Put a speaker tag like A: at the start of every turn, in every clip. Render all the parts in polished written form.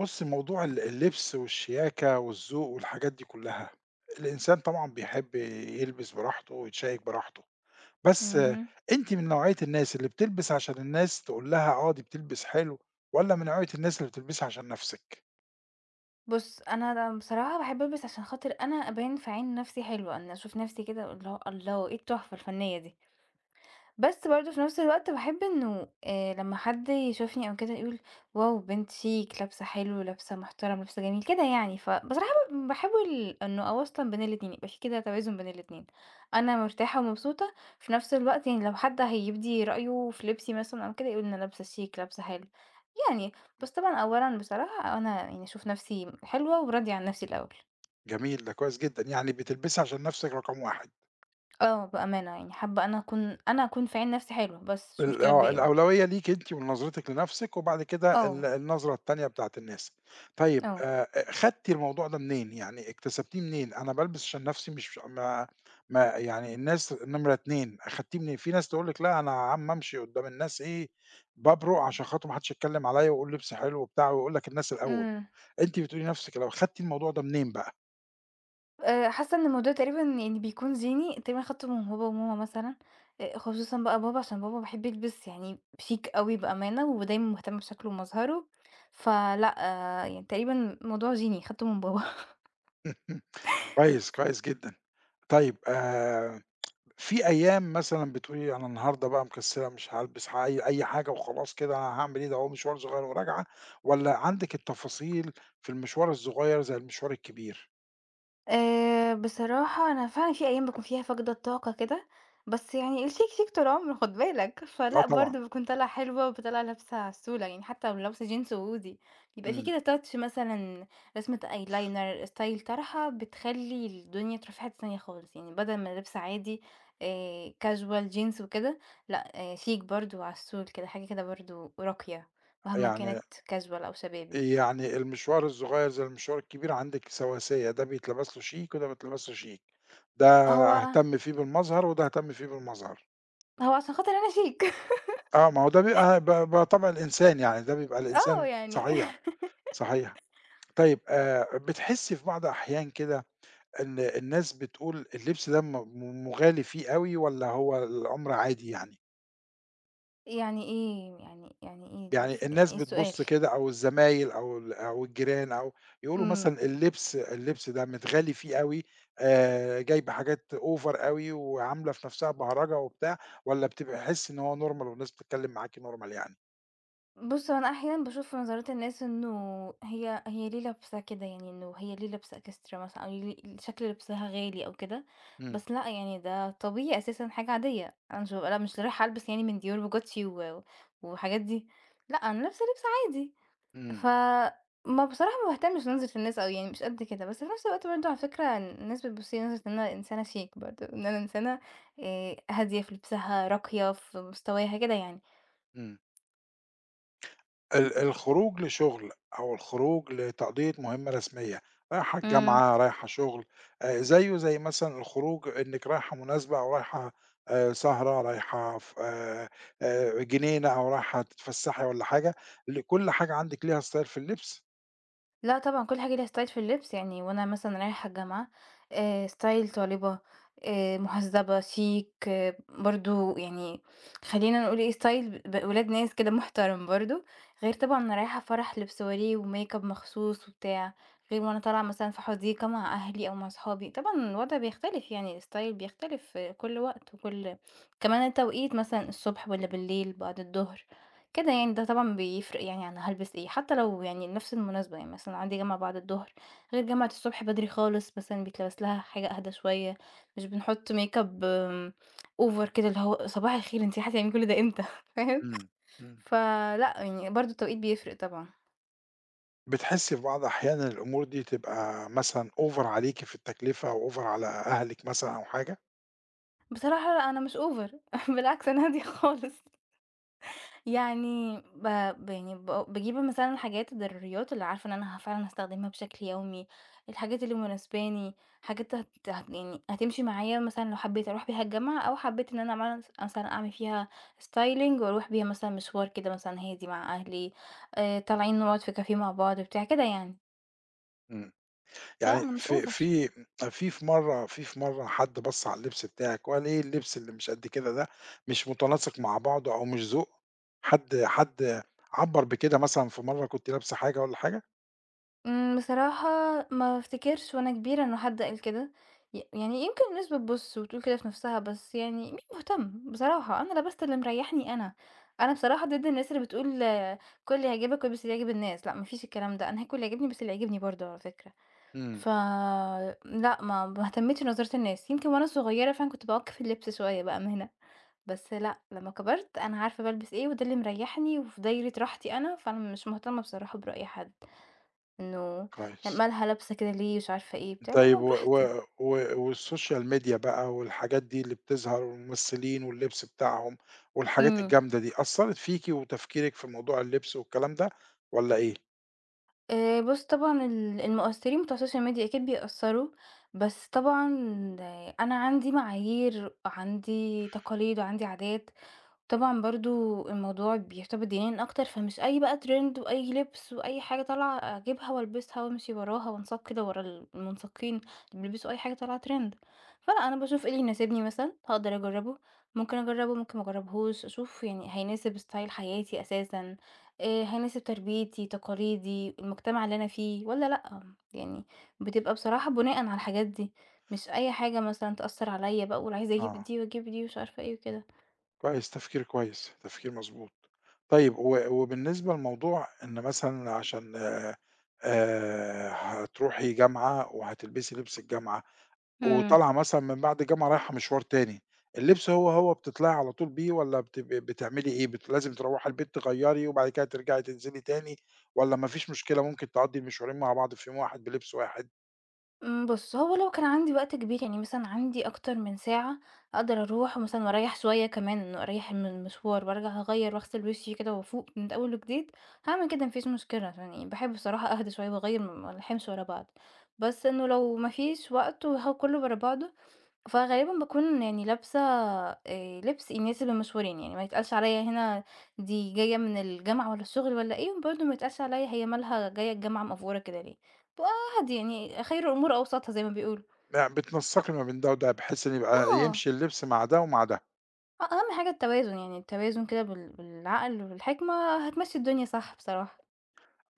A: بُص، موضوع اللبس والشياكة والذوق والحاجات دي كلّها، الإنسان طبعًا بيحب يلبس براحته ويتشيّك براحته، بس آه،
B: اهم.
A: أنتِ من نوعية الناس اللي بتلبس عشان الناس تقول لها آه، دي بتلبس حلو والّا من نوعية الناس اللي بتلبسي عشان نَفْسِك؟
B: بُص، أنا بصراحة باحب ألبس عشان خاطر أنا أبان في عين نَفْسي حلوة، أنا أشوف نَفْسي كده اللي هو الله! إيه التحفة الفنية دي، بس برضه في نفس الوقت باحب إنه لمّا حد يشوفني أو كده يقول واو! بنت شيك، لابسة حلو، لابسة محترم، لابسة جميل، كده يعني. فبصراحة باحاول إنه أوازن بين الاتنين، يبقى في كده توازن بين الاتنين. أنا مرتاحة ومبسوطة، في نفس الوقت يعني لو حد هيبدي رأيه في لبسي مثلًا أو كده يقول أنا لابسة شيك، لابسة حلو، يعني. بس طبعًا أولًا بصراحة أنا يعني أشوف نفسي حلوة وراضية عن نفسي الأول.
A: جميل، ده كويس جدًا، يعني بتلبسي عشان نَفْسِك رقم 1.
B: آه، بأمانة يعني حابة أنا أكون في عين نفسي حلوة، بس مش
A: ال
B: مشكلة
A: آه،
B: الباقي بقى.
A: الأولوية ليكِ أنتِ ونظرتِك لنفسِك، وبعد كده
B: آه،
A: النظرة التانية بتاعة الناس. طيب
B: آه.
A: خدتِ الموضوع ده منين؟ يعني اكتسبتيه منين؟ أنا بالبس عشان نفسي مش ما ما يعني الناس نمرة 2 أخدتيه منين؟ في ناس تقول لِك لأ أنا يا عم أمشي قدّام الناس إيه، بابرق عشان خاطر ما حدش يتكلم عليَّ وأقول لبسي حلو وبتاع، ويقول لك الناس الأول.
B: إمم.
A: أنتِ بتقولي لنفسِك الأول، خدتِ الموضوع ده منين بقى؟
B: حاسة إن الموضوع تقريبا يعني بيكون زيني، تقريبًا أخدته من بابا وماما مثلًا، خصوصًا بقى بابا عشان بابا باحب يلبس يعني شيك أوي بأمانة، ودايمًا مهتم بشكله ومظهره، فلأ آه، يعني تقريبًا الموضوع زيني، أخدته من بابا.
A: كويس، كويس جدًا. طيب في أيام مثلًا بتقولي أنا النهارده بقى مكسلة مش هالبس أي حاجة وخلاص كده أنا هاعمل إيه ده هو مشوار صغير وراجعة، والّا عندِك التفاصيل في المشوار الصغير زي المشوار الكبير؟
B: بصراحة أنا فعلًا في أيام باكون فيها فاقدة الطاقة كده، بس يعني الشيك شيك طول عمره خُد بالك،
A: آه
B: فلأ
A: طبعًا،
B: برضه باكون طالعة حلوة وطالعة لابسة عسولة، يعني حتى لو لابسة جينز وhoodie يبقى في
A: إمم،
B: كده touch مثلًا، رسمة eyeliner، style طرحة بتخلّي الدنيا تروح في حتة تانية خالص، يعني بدل ما لبس عادي casual jeans وكده، لأ شيك برضه وعسول كده، حاجة كده برضه راقية مهما كانت
A: يعني
B: casual أو شبابي.
A: يعني المشوار الصغير زي المشوار الكبير عندِك سواسية، ده بيتلبس له شيك وده ما بيتلبسش شيك، ده
B: هو
A: أهتم فيه بالمظهر وده أهتم فيه بالمظهر،
B: هو عشان خاطر أنا شيك
A: آه ما هو ده بيبقى ب ب طبع الإنسان يعني ده بيبقى
B: آه
A: الإنسان
B: يعني.
A: صحيح، صحيح. طيب بتحسي في بعض أحيان كده الناس بتقول اللبس ده م م مُغالي فيه أوي والّا هو الأمر عادي يعني؟
B: يعني إيه يعني يعني إيه
A: يعني
B: الف يعني
A: الناس
B: إيه السؤال؟
A: بتبُص كده أو الزمايل أو ال أو الجيران أو يقولوا
B: إمم.
A: مثلًا اللبس ده متغالي فيه أوي، جايبة حاجات over أوي وعاملة في نَفْسها بهرجة وبتاع، والّا بتبقى حِس إن هو normal والناس بتتكلّم معاكِ normal يعني؟
B: بُص، هو أنا أحيانًا باشوف في نظرات الناس إنه هي ليه لابسة كده، يعني إنه هي ليه لابسة إكسترا مثلًا أو ليه شكل لبسها غالي أو كده،
A: إمم،
B: بس لأ، يعني ده طبيعي أساسًا حاجة عادية، أنا مش بابقى لأ، مش رايحة ألبس يعني من Dior وGucci وحاجات دي، لأ، أنا لابسة لبس عادي.
A: إمم،
B: ف ما بصراحة ما باهتمش لنظرة الناس أوي يعني مش قد كده، بس في نفس الوقت برضه على فكرة الناس بتبُص لي نظرة إن أنا إنسانة شيك برضه، إن أنا إنسانة هادية في لبسها، راقية في مستواها كده يعني.
A: إمم. الخروج لشغل أو الخروج لتقضية مهمة رسمية، رايحة
B: إمم.
A: الجامعة، رايحة شغل، زيه زي مثلًا الخروج إنِّك رايحة مناسبة أو رايحة سهرة، رايحة ف جنينة أو رايحة تتفسّحي والّا حاجة، كل حاجة عندِك ليها style في اللبس.
B: لأ طبعًا كل حاجة ليها style في اللبس، يعني وأنا مثلًا رايحة الجامعة style طالبة، مهذبة شيك برضه يعني، خلّينا نقول إيه style ولاد ناس كده محترم برضه، غير طبعًا أنا رايحة فرح لبس وريه وmakeup مخصوص وبتاع، غير وأنا طالعة مثلًا في حديقة مع أهلي أو مع صحابي، طبعًا الوضع بيختلف يعني الstyle بيختلف آه، كل وقت وكل كمان التوقيت مثلًا الصبح والّا بالليل بعد الضهر. كده يعني ده طبعًا بيفرق يعني أنا هالبس إيه، حتى لو يعني نفس المناسبة، يعني مثلًا عندي جامعة بعد الضهر غير جامعة الصبح بدري خالص، مثلًا بيتلبس لها حاجة أهدى شوية، مش بنحط ميك-اب over كده اللي هو صباح الخير أنتِ هتعملي كل ده إمتى؟ فاهم؟
A: إمم، إمم.
B: فلأ يعني برضه التوقيت بيفرق طبعًا.
A: بتحسّي في بعض أحيان الأمور دي تبقى مثلًا over عليكِ في التكلفة أو over على أهلِك مثلًا أو حاجة؟
B: بصراحة لأ أنا مش over. بالعكس أنا هادية خالص. يعني ب ب يعني ب باجيب مثلًا حاجات ضروريات اللي عارفة إن أنا فعلًا هاستخدمها بشكل يومي، الحاجات اللي مناسباني، حاجات هت هت يعني هتمشي معايا مثلًا لو حبيت أروح بيها الجامعة أو حبيت إن أنا مع مثلًا أعمل فيها styling وأروح بيها مثلًا مشوار كده مثلًا هادي مع أهلي، طالعين نقعد في كافيه مع بعض بتاع كده يعني،
A: إمم.
B: فلأ
A: يعني
B: أنا مش
A: في
B: over.
A: في في مرّة حد بَص على اللبس بتاعِك وقال إيه اللبس اللي مش قد كده ده، مش متناسق مع بعضه أو مش ذوق؟ حد عبّر بكده مثلًا في مرّة كنتِ لابسة حاجة والّا حاجة؟
B: إمم، بصراحة ما افتكرش وأنا كبيرة إنه حد قال كده، يعني يمكن الناس بتبُص وتقول كده في نفسها، بس يعني مين مهتم بصراحة، أنا لبست اللي مريحني أنا، أنا بصراحة ضد الناس اللي بتقول آه، كُل اللي يعجبك والبس اللي يعجب الناس، لأ ما فيش الكلام ده، أنا هاكل اللي يعجبني، باللي يعجبني برضه على فكرة،
A: إمم،
B: ف لأ ما اهتمتش بنظرة الناس، يمكن وأنا صغيرة فعلًا كنت باعك في اللبس شوية بأمانة، بس لأ لمّا كبرت أنا عارفة بالبس إيه وده اللي مريحني وفي دايرة راحتي أنا، فأنا مش مهتمة بصراحة برأي حد. إنه
A: كويس.
B: مالها لابسة كده ليه، مش عارفة إيه بتاع، لأ ما
A: طيب و
B: براحتي.
A: و و والسوشيال ميديا بقى والحاجات دي اللي بتظهر والممثلين واللبس بتاعهم والحاجات
B: إمم.
A: الجامدة دي، أثّرت فيكِ وتفكيرِك في موضوع اللبس والكلام ده والّا إيه؟
B: بُص طبعًا المؤثرين بتوع السوشيال ميديا أكيد بيأثّروا، بس طبعًا آه، أنا عندي معايير، عندي تقاليد، وعندي عادات. طبعًا برضه الموضوع بيرتبط دينيًا أكتر، فمش أي بقى trend وأي لبس وأي حاجة طالعة أجيبها وألبسها وأمشي وراها وأنساق كده ورا المنساقين اللي بيلبسوا أي حاجة طالعة trend. فلأ، أنا باشوف إيه اللي يناسبني مثلًا، هاقدر أجرّبه، ممكن أجرّبه، ممكن ما أجرّبهوش، أشوف يعني هيناسب style حياتي أساسًا، هيناسب تربيتي، تقاليدي، المجتمع اللي أنا فيه والّا لأ. يعني بتبقى بصراحة بناءً على الحاجات دي، مش أي حاجة مثلًا تأثّر عليّا بقى أقول عايزة أجيب
A: آه.
B: دي وأجيب دي ومش عارفة إيه وكده.
A: كويس، تفكير كويس، تفكير مضبوط. طيب وبالنسبة لموضوع إن مثلًا عشان هتروحي جامعة وهتلبسي لبس الجامعة،
B: إمم.
A: وطالعة مثلًا من بعد الجامعة رايحة مشوار تاني، اللبس هو، بتطلعي على طول بيه والّا بتعملي إيه؟ لازم تروّحي البيت تغيّري وبعد كده ترجعي تنزلي تاني والّا ما فيش مشكلة ممكن تعدّي المشوارين مع بعض في يوم واحد بلبس واحد؟
B: إمم، بُص هو لو كان عندي وقت كبير يعني مثلًا عندي أكتر من ساعة أقدر أروح مثلًا وأريّح شوية كمان، انه أريّح من المشوار وأرجع أغيّر وأغسل وشي كده وأفوق من أول وجديد، هاعمل كده ما فيش مشكلة، عشان يعني باحب بصراحة أهدى شوية وأغيّر ما ألحمش ورا بعض، بس إنه لو ما فيش وقت وه كله ورا بعضه فغالبًا باكون يعني لابسة لبس الناس اللي مشهورين، يعني ما يتقالش عليّا هنا دي جاية من الجامعة والّا الشغل والّا إيه، وبرضه ما يتقالش عليّا هي مالها جاية الجامعة مأفورة كده ليه، بابقى عادي يعني خير الأمور أوسطها زي ما بيقولوا.
A: يعني بتنسّقي ما بين ده وده بحيث إن يبقى
B: آه،
A: يمشي اللبس مع ده ومع ده.
B: أهم حاجة التوازن، يعني التوازن كده بالعقل والحكمة هتمشّي الدنيا صح بصراحة.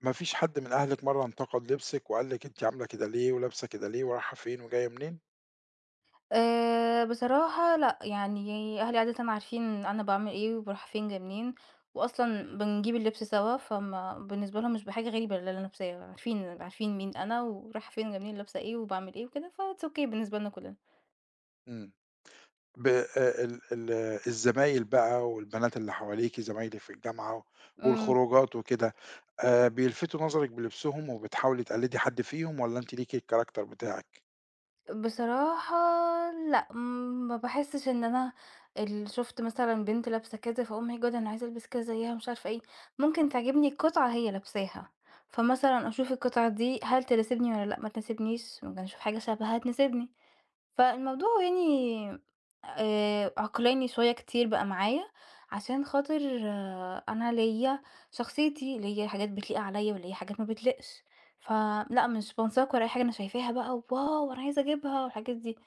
A: ما فيش حد من أهلِك مرّة انتقد لبسِك وقال لِك أنتِ عاملة كده ليه ولابسة كده ليه ورايحة فين وجاية منين؟
B: بصراحة لأ، يعني أهلي عادةً عارفين أنا باعمل إيه وباروح فين جاية منين، وأصلًا بنجيب اللبس سوا، فما بالنسبة لهم مش بحاجة غريبة اللي أنا لابساه، عارفين مين أنا ورايحة فين جاية منين، لابسة إيه وباعمل إيه وكده، فit's okay بالنسبة لنا كلنا.
A: إمم. ب ال ال آه، الزمايل بقى والبنات اللي حواليكِ زمايلِك في الجامعة
B: إمم.
A: والخروجات وكده، بيلفتوا نظرِك بلبسهم وبتحاولي تقلدي حد فيهم والّا أنتِ ليكِ الcharacter بتاعِك؟
B: بصراحة لأ، ما باحسّش إن أنا شُفت مثلًا بنت لابسة كذا فأقوم my God أنا عايزة ألبس كده زيها مش عارفة إيه، ممكن تعجبني قطعة هي لابساها، فمثلًا أشوف القطعة دي هل تناسبني والّا لأ ما تناسبنيش، ممكن أشوف حاجة شبهها تناسبني. فالموضوع يعني عقلاني شوية كتير بقى معايا، عشان خاطر آه، أنا ليّا شخصيتي، ليّا حاجات بتليق عليّا وليّا حاجات ما بتليقش، فلأ مش بانساق ورا أي حاجة أنا شايفاها بقى واو! أنا عايزة أجيبها والحاجات دي،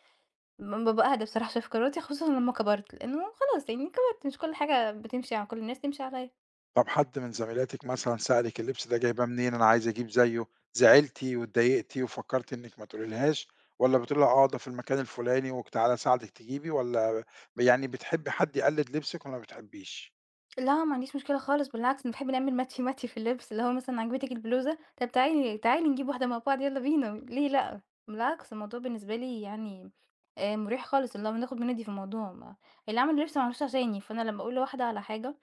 B: بابقى أهدى بصراحة شوية في قراراتي خصوصًا لمّا كبرت، لإنه خلاص يعني كبرت مش كل حاجة بتمشي على كل الناس تمشي عليّا.
A: طب حد من زميلاتِك مثلًا سألِك اللبس ده جايباه منين، أنا عايزة أجيب زيه، زعلتِ واتضايقتِ وفكرتِ إنِك ما تقولي لهاش، والّا بتقولي لها آه ده في المكان الفلاني وتعالي أساعدِك تجيبي، والّا يعني بتحبي حد يقلد لبسِك والّا ما بتحبيش؟
B: لا ما عنديش مشكلة خالص بالعكس أنا باحب نعمل ماتشي ماتشي في اللبس، اللي هو مثلًا عجبتِك البلوزة، طب تعالي نجيب واحدة مع بعض يالّا بينا، ليه لأ؟ بالعكس الموضوع بالنسبة لي يعني مُريح خالص، اللي هو بناخد بندّي في الموضوع، ما اللي عمل اللبس ما عملوش عشاني، فأنا لمّا أقول لواحدة على حاجة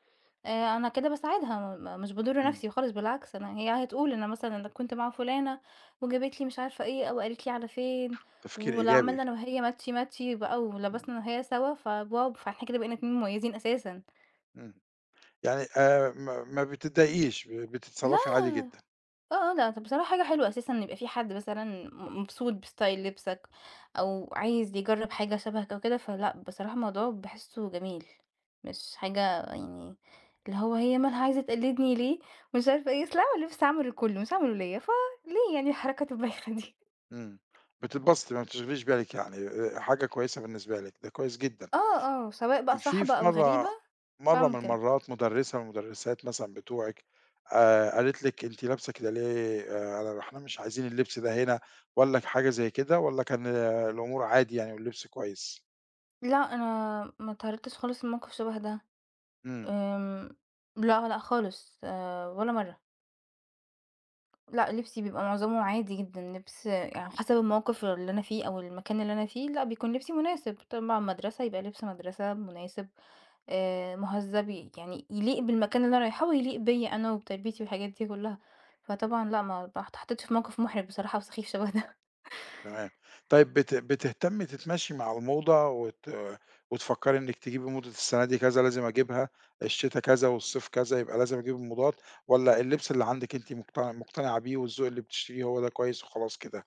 B: أنا كده باساعدها، مش باضُر
A: إمم،
B: نفسي خالص بالعكس، أنا هي هتقول أنا مثلًا أنا كنت مع فلانة وجابت لي مش عارفة إيه، أو قالت لي على فين،
A: تفكير
B: ولو
A: إيجابي،
B: عملنا أنا وهي ماتشي ماتشي بقى
A: إمم،
B: ولبسنا أنا وهي سوا، فواو فإحنا كده بقينا 2 مميزين أساسًا،
A: إمم، يعني ما بتتضايقيش،
B: لا.
A: بتتصرفي عادي جدًا،
B: آه، آه، لأ، طب بصراحة حاجة حلوة أساسًا إن يبقى في حد مثلًا مبسوط بستايل لبسك أو عايز يجرّب حاجة شبهك أو كده، فلأ، بصراحة الموضوع باحسّه جميل، مش حاجة يعني اللي هو هي مالها عايزة تقلّدني ليه ومش عارفة إيه، أصل أنا لبس عمله لكُلّه مش هاعمله ليّا، فليه يعني الحركات البايخة دي؟
A: إمم، بتتبسطي ما بتشغليش بالِك يعني حاجة كويسة بالنسبة لِك، ده كويس جدًا.
B: آه، آه، سواء بقى
A: كان في
B: صاحبة
A: في
B: أو غريبة
A: مرّة مرّة من
B: باعمل كده.
A: المرّات مُدرّسة من المُدرّسات مثلًا بتوعِك قالت لِك أنتِ لابسة كده ليه إحنا مش عايزين اللبس ده هنا والّا حاجة زي كده والّا كان آه، الأمور عادي يعني واللبس كويس؟
B: لأ، أنا ما اتعرّضتش خالص لموقف شبه ده،
A: إمم،
B: آمم، لأ، لأ خالص ولا مرّة. لأ، لبسي بيبقى معظمه عادي جدًا، لبس يعني حسب الموقف اللي أنا فيه أو المكان اللي أنا فيه، لأ بيكون لبسي مناسب، طبعًا مدرسة يبقى لبس مدرسة مناسب، مهذّب يعني يليق بالمكان اللي أنا رايحاه ويليق بيّا أنا وبتربيتي والحاجات دي كلّها، فطبعًا لأ ما ب اتحطيتش في موقف محرج بصراحة وسخيف شبه ده.
A: تمام. طيب بتهتمّي تتماشي مع الموضة وتفكّري إنِّك تجيبي موضة السَنة دي كذا لازم أجيبها، الشتا كذا والصيف كذا يبقى لازم أجيب الموضات والّا اللبس اللي عندِك أنتِ مقتنعة بيه والذوق اللي بتشتريه هو ده كويس وخلاص كده؟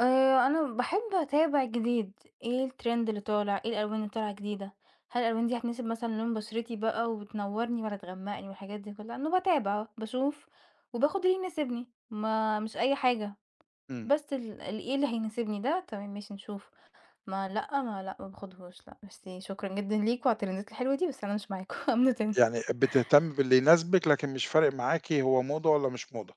B: أنا باحب أتابع جديد، إيه الtrend اللي طالع، إيه الألوان اللي طالعة جديدة، هل الألوان دي هتناسب مثلًا لون بشرتي بقى وبتنوّرني والّا تغمقني والحاجات دي كلها، أنا باتابع، باشوف وباخد اللي يناسبني، ما مش أي حاجة،
A: إمم.
B: بس ال ال إيه اللي هيناسبني ده تمام ماشي نشوفه، ما باخدهوش لأ، بس شكرًا جدًا ليكم على الترندات الحلوة دي، بس أنا مش معاكم، أمنوا تاني.
A: يعني بتهتمي باللي يناسبِك، لكن مش فارق معاكِ هو موضة والّا مش موضة.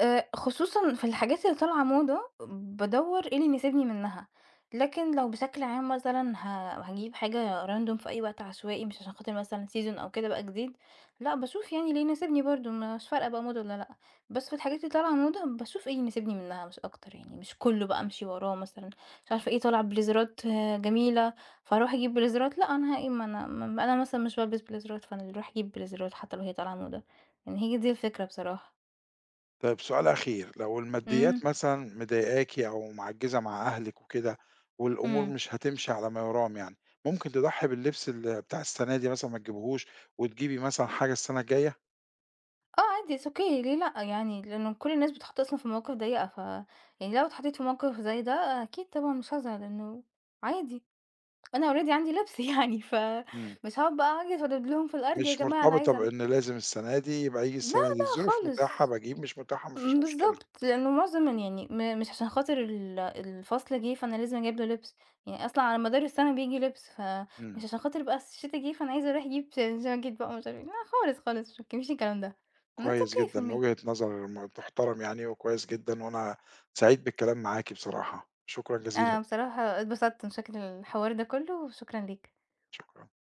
B: خصوصًا في الحاجات اللي طالعة موضة، بادوّر إيه اللي يناسبني منها، لكن لو بشكل عام مثلًا هاجيب حاجة random في أي وقت عشوائي مش عشان خاطر مثلًا season أو كده بقى جديد، لأ باشوف يعني اللي يناسبني برضه مش فارقة بقى موضة والّا لأ، بس في الحاجات اللي طالعة موضة باشوف إيه يناسبني منها مش أكتر يعني، مش كلّه بقى أمشي وراه مثلًا، مش عارفة إيه طالع بليزرات آه، جميلة، فاروح أجيب بليزرات، لأ أنا ه إيه ما أنا ما أنا مثلًا مش بالبس بليزرات، فأنا اللي اروح أجيب بليزرات حتى لو هي طالعة موضة، يعني هي دي الفكرة بصراحة.
A: طيب سؤال أخير، لو
B: إمم.
A: الماديات مثلًا مضايقاكِ أو معجّزة مع أهلِك وكده، والأمور
B: إمم.
A: مش هتمشي على ما يرام يعني، ممكن تضحّي باللبس بتاع السنة دي مثلًا ما تجيبيهوش، وتجيبي مثلًا حاجة السنة الجاية؟
B: آه عادي it's okay ليه لأ، يعني لإنه كل الناس بتتحط أصلًا في مواقف ضيّقة، يعني لو اتحطيت في موقف زي ده أكيد طبعًا مش هازعل، إنه عادي أنا already عندي لبس، يعني،
A: إمم،
B: فمش هاقعد بقى أعيط وادب لهم في الأرض يا
A: مش
B: جماعة أنا
A: مرتبطة
B: عايزة أنا
A: بإن لازم السنة دي يبقى ييجي
B: لا،
A: السنة دي،
B: لا
A: الظروف متاحة
B: خالص.
A: باجيب، مش متاحة ما فيش
B: إمم،
A: مشكلة.
B: بالضبط، لإنه معظم يعني مش عشان خاطر الفصل جه فأنا لازم أجيب له لبس، يعني أصلًا على مدار السنة بييجي لبس، فمش
A: إمم،
B: عشان خاطر بقى الشتا جه فأنا عايزة أروح أجيب جاكيت بقى ومش عارف إيه، لا خالص، خالص، مش الكلام ده. And it's
A: كويس
B: okay for
A: جدًا،
B: me.
A: وجهة نظر تُحترم يعني وكويس جدًا، وأنا سعيد بالكلام معاكِ بصراحة، شكرًا جزيلًا.
B: أنا بصراحة اتبسطت من شكل الحوار ده كله، وشكرًا ليك.
A: شكرا